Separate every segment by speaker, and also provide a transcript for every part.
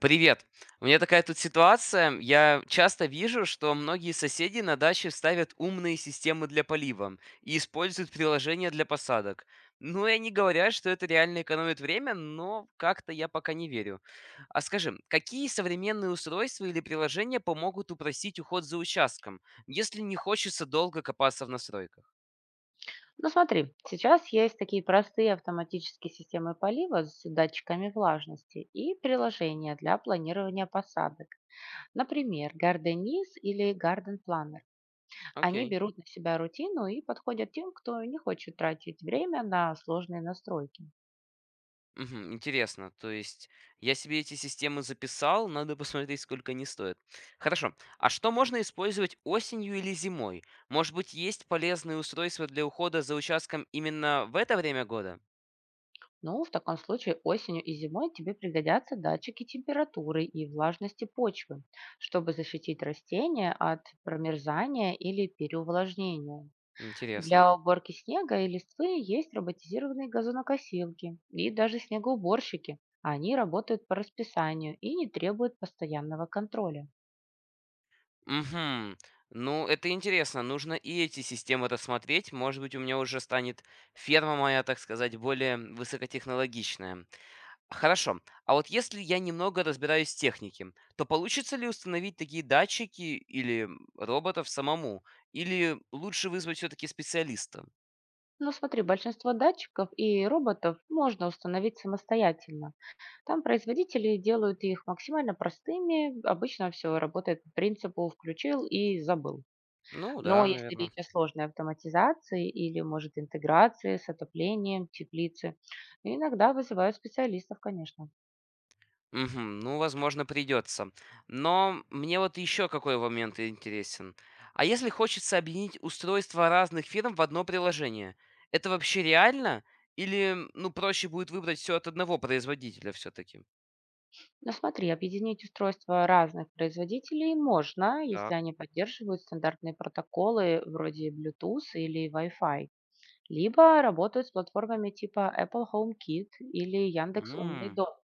Speaker 1: Привет. У меня такая тут ситуация. Я часто вижу, что многие соседи на даче ставят умные системы для полива и используют приложения для посадок. Ну и они говорят, что это реально экономит время, но как-то я пока не верю. А скажи, какие современные устройства или приложения помогут упростить уход за участком, если не хочется долго копаться в настройках?
Speaker 2: Ну смотри, сейчас есть такие простые автоматические системы полива с датчиками влажности и приложения для планирования посадок. Например, Gardenis или Garden Planner. Они
Speaker 1: Окей.
Speaker 2: берут на себя рутину и подходят тем, кто не хочет тратить время на сложные настройки.
Speaker 1: Мгм. Интересно. То есть я себе эти системы записал, надо посмотреть, сколько они стоят. Хорошо. А что можно использовать осенью или зимой? Может быть, есть полезные устройства для ухода за участком именно в это время года?
Speaker 2: Ну, в таком случае осенью и зимой тебе пригодятся датчики температуры и влажности почвы, чтобы защитить растения от промерзания или переувлажнения.
Speaker 1: Интересно.
Speaker 2: Для уборки снега и листвы есть роботизированные газонокосилки и даже снегоуборщики. Они работают по расписанию и не требуют постоянного контроля.
Speaker 1: Угу. Ну, это интересно. Нужно и эти системы рассмотреть. Может быть, у меня уже станет ферма моя, так сказать, более высокотехнологичная. Хорошо. А вот если я немного разбираюсь в технике, то получится ли установить такие датчики или роботов самому? Или лучше вызвать все-таки специалиста?
Speaker 2: Но смотри, большинство датчиков и роботов можно установить самостоятельно. Там производители делают их максимально простыми. Обычно все работает по принципу «включил и забыл».
Speaker 1: Ну
Speaker 2: Но
Speaker 1: да,
Speaker 2: если
Speaker 1: наверное.
Speaker 2: речь о сложной автоматизации или, может, интеграции с отоплением, теплицы, иногда вызывают специалистов, конечно.
Speaker 1: Угу, ну, возможно, придется. Но мне вот еще какой момент интересен. А если хочется объединить устройства разных фирм в одно приложение, это вообще реально? Или, ну, проще будет выбрать все от одного производителя все-таки?
Speaker 2: Но смотри, объединить устройства разных производителей можно, если
Speaker 1: Так.
Speaker 2: они поддерживают стандартные протоколы вроде Bluetooth или Wi-Fi, либо работают с платформами типа Apple HomeKit или Яндекс Умный
Speaker 1: М.
Speaker 2: дом.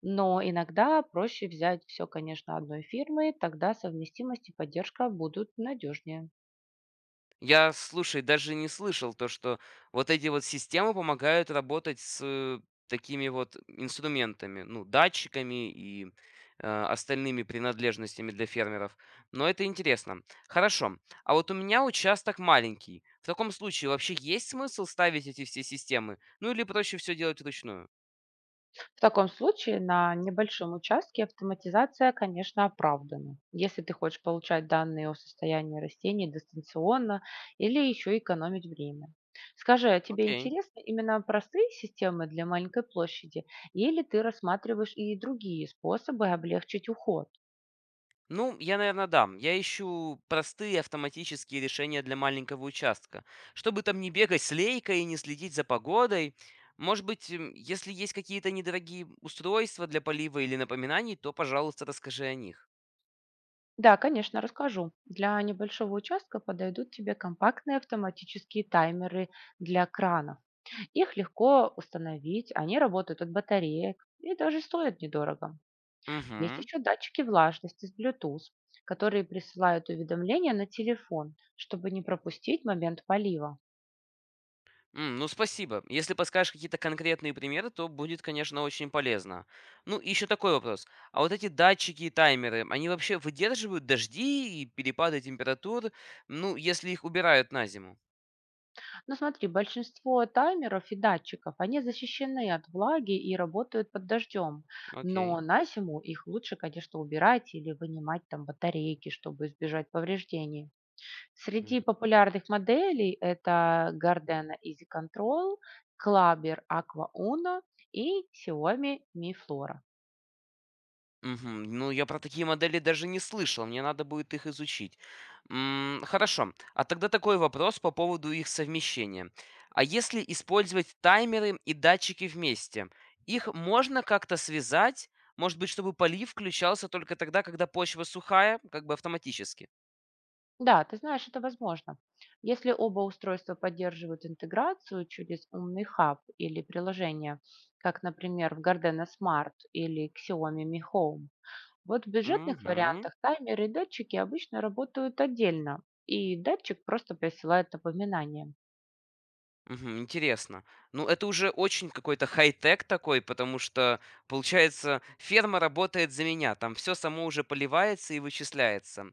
Speaker 2: Но иногда проще взять все, конечно, одной фирмы, тогда совместимость и поддержка будут надежнее.
Speaker 1: Я, слушай, даже не слышал то, что вот эти вот системы помогают работать с такими вот инструментами, ну, датчиками и остальными принадлежностями для фермеров. Но это интересно. Хорошо. А вот у меня участок маленький. В таком случае вообще есть смысл ставить эти все системы? Ну или проще все делать вручную?
Speaker 2: В таком случае на небольшом участке автоматизация, конечно, оправдана, если ты хочешь получать данные о состоянии растений дистанционно или еще экономить время. Скажи, а тебе
Speaker 1: Окей.
Speaker 2: интересны именно простые системы для маленькой площади или ты рассматриваешь и другие способы облегчить уход?
Speaker 1: Ну, я, наверное, дам. Я ищу простые автоматические решения для маленького участка, чтобы там не бегать с лейкой и не следить за погодой. Может быть, если есть какие-то недорогие устройства для полива или напоминаний, то, пожалуйста, расскажи о них.
Speaker 2: Да, конечно, расскажу. Для небольшого участка подойдут тебе компактные автоматические таймеры для кранов. Их легко установить, они работают от батареек и даже стоят недорого. Есть
Speaker 1: Угу.
Speaker 2: еще датчики влажности с Bluetooth, которые присылают уведомления на телефон, чтобы не пропустить момент полива.
Speaker 1: Ну, спасибо. Если подскажешь какие-то конкретные примеры, то будет, конечно, очень полезно. Ну, и еще такой вопрос. А вот эти датчики и таймеры, они вообще выдерживают дожди и перепады температур, ну, если их убирают на зиму?
Speaker 2: Но смотри, большинство таймеров и датчиков, они защищены от влаги и работают под дождем. Но
Speaker 1: Окей.
Speaker 2: на зиму их лучше, конечно, убирать или вынимать там батарейки, чтобы избежать повреждений. Среди популярных моделей это Gardena Easy Control, Klaviyo Aqua Uno и Xiaomi Mi Flora.
Speaker 1: Мгм. Ну, я про такие модели даже не слышал, мне надо будет их изучить. Хорошо, а тогда такой вопрос по поводу их совмещения. А если использовать таймеры и датчики вместе, их можно как-то связать? Может быть, чтобы полив включался только тогда, когда почва сухая, как бы автоматически?
Speaker 2: Да, ты знаешь, это возможно. Если оба устройства поддерживают интеграцию через умный хаб или приложение, как, например, в Gardena Smart или Xiaomi Mi Home. Вот в бюджетных
Speaker 1: Угу.
Speaker 2: вариантах таймеры и датчики обычно работают отдельно, и датчик просто присылает напоминание.
Speaker 1: Мгм. Интересно. Ну, это уже очень какой-то хай-тек такой, потому что, получается, ферма работает за меня. Там все само уже поливается и вычисляется.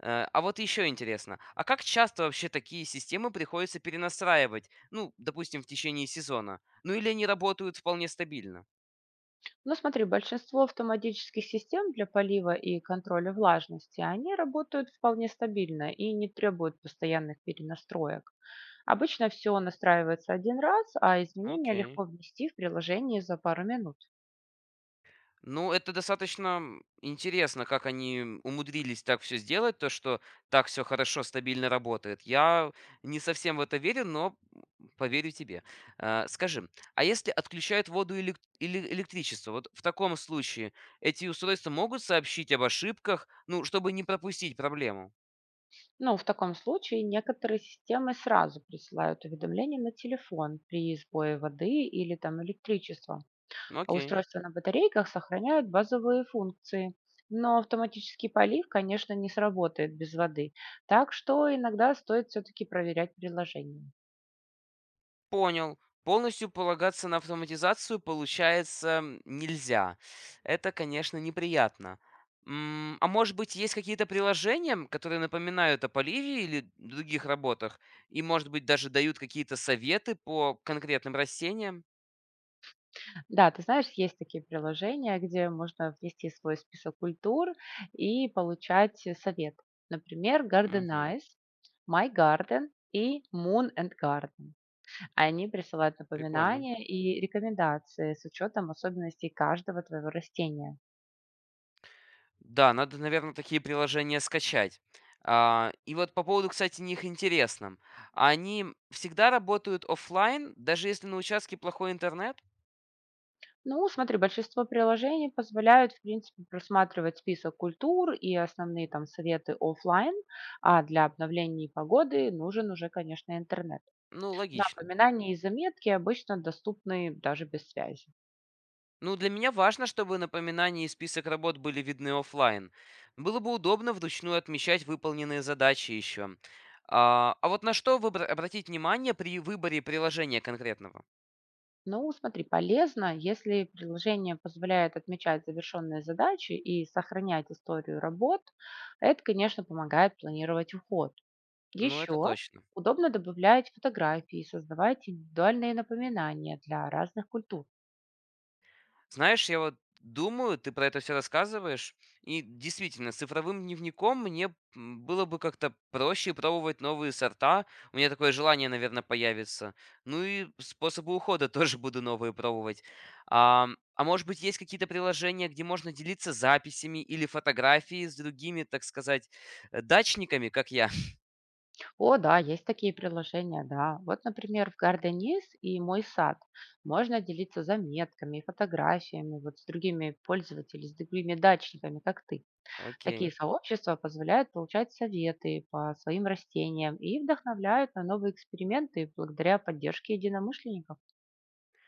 Speaker 1: А вот еще интересно, а как часто вообще такие системы приходится перенастраивать? Ну, допустим, в течение сезона. Ну, или они работают вполне стабильно?
Speaker 2: Ну, смотри, большинство автоматических систем для полива и контроля влажности, они работают вполне стабильно и не требуют постоянных перенастроек. Обычно все настраивается один раз, а изменения
Speaker 1: Окей.
Speaker 2: легко внести в приложение за пару минут.
Speaker 1: Ну, это достаточно интересно, как они умудрились так все сделать, то, что так все хорошо, стабильно работает. Я не совсем в это верю, но поверю тебе. Скажи, а если отключают воду или электричество, вот в таком случае эти устройства могут сообщить об ошибках, ну, чтобы не пропустить проблему?
Speaker 2: Ну, в таком случае некоторые системы сразу присылают уведомления на телефон при сбое воды или там электричества,
Speaker 1: Ну,
Speaker 2: а
Speaker 1: окей.
Speaker 2: устройства на батарейках сохраняют базовые функции. Но автоматический полив, конечно, не сработает без воды. Так что иногда стоит все-таки проверять приложение.
Speaker 1: Понял. Полностью полагаться на автоматизацию, получается, нельзя. Это, конечно, неприятно. А может быть, есть какие-то приложения, которые напоминают о поливе или других работах, и, может быть, даже дают какие-то советы по конкретным растениям?
Speaker 2: Да, ты знаешь, есть такие приложения, где можно ввести свой список культур и получать совет. Например,
Speaker 1: Мгм.
Speaker 2: Gardenize, My Garden и Moon and Garden. Они присылают
Speaker 1: Прикольно.
Speaker 2: напоминания и рекомендации с учетом особенностей каждого твоего растения.
Speaker 1: Да, надо, наверное, такие приложения скачать. А, и вот по поводу, кстати, них интересно. Они всегда работают оффлайн, даже если на участке плохой интернет?
Speaker 2: Ну, смотри, большинство приложений позволяют, в принципе, просматривать список культур и основные там советы оффлайн, а для обновлений погоды нужен уже, конечно, интернет.
Speaker 1: Ну, логично.
Speaker 2: Напоминания и заметки обычно доступны даже без связи.
Speaker 1: Ну, для меня важно, чтобы напоминания и список работ были видны оффлайн. Было бы удобно вручную отмечать выполненные задачи еще. А вот на что обратить внимание при выборе приложения конкретного?
Speaker 2: Ну, смотри, полезно, если приложение позволяет отмечать завершенные задачи и сохранять историю работ, это, конечно, помогает планировать уход.
Speaker 1: Ну, это
Speaker 2: Еще
Speaker 1: точно.
Speaker 2: удобно добавлять фотографии и создавать индивидуальные напоминания для разных культур.
Speaker 1: Знаешь, я вот думаю, ты про это все рассказываешь, и действительно, с цифровым дневником мне было бы как-то проще пробовать новые сорта, у меня такое желание, наверное, появится. Ну и способы ухода тоже буду новые пробовать. А, а может быть, есть какие-то приложения, где можно делиться записями или фотографией с другими, так сказать, дачниками, как я?
Speaker 2: О, да, есть такие приложения, да. Вот, например, в Gardenies и Мой сад можно делиться заметками, и фотографиями вот с другими пользователями, с другими дачниками, как ты. Такие
Speaker 1: Окей.
Speaker 2: сообщества позволяют получать советы по своим растениям и вдохновляют на новые эксперименты благодаря поддержке единомышленников.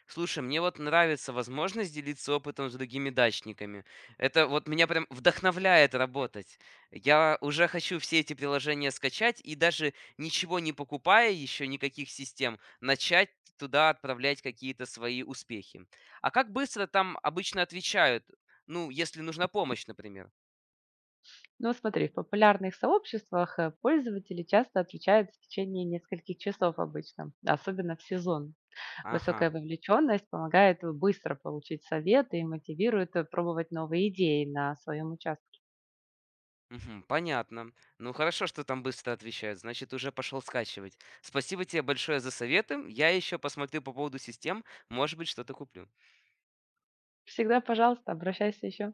Speaker 1: Слушай, мне вот нравится возможность делиться опытом с другими дачниками. Это вот меня прям вдохновляет работать. Я уже хочу все эти приложения скачать и даже ничего не покупая еще никаких систем, начать туда отправлять какие-то свои успехи. А как быстро там обычно отвечают? Ну, если нужна помощь, например.
Speaker 2: Ну, смотри, в популярных сообществах пользователи часто отличаются в течение нескольких часов обычно, особенно в сезон.
Speaker 1: Ага.
Speaker 2: Высокая вовлеченность помогает быстро получить советы и мотивирует пробовать новые идеи на своем участке.
Speaker 1: Мгм. Понятно. Ну хорошо, что там быстро отвечают, значит, уже пошел скачивать. Спасибо тебе большое за советы. Я еще посмотрю по поводу систем, может быть, что-то куплю.
Speaker 2: Всегда, пожалуйста, обращайся еще.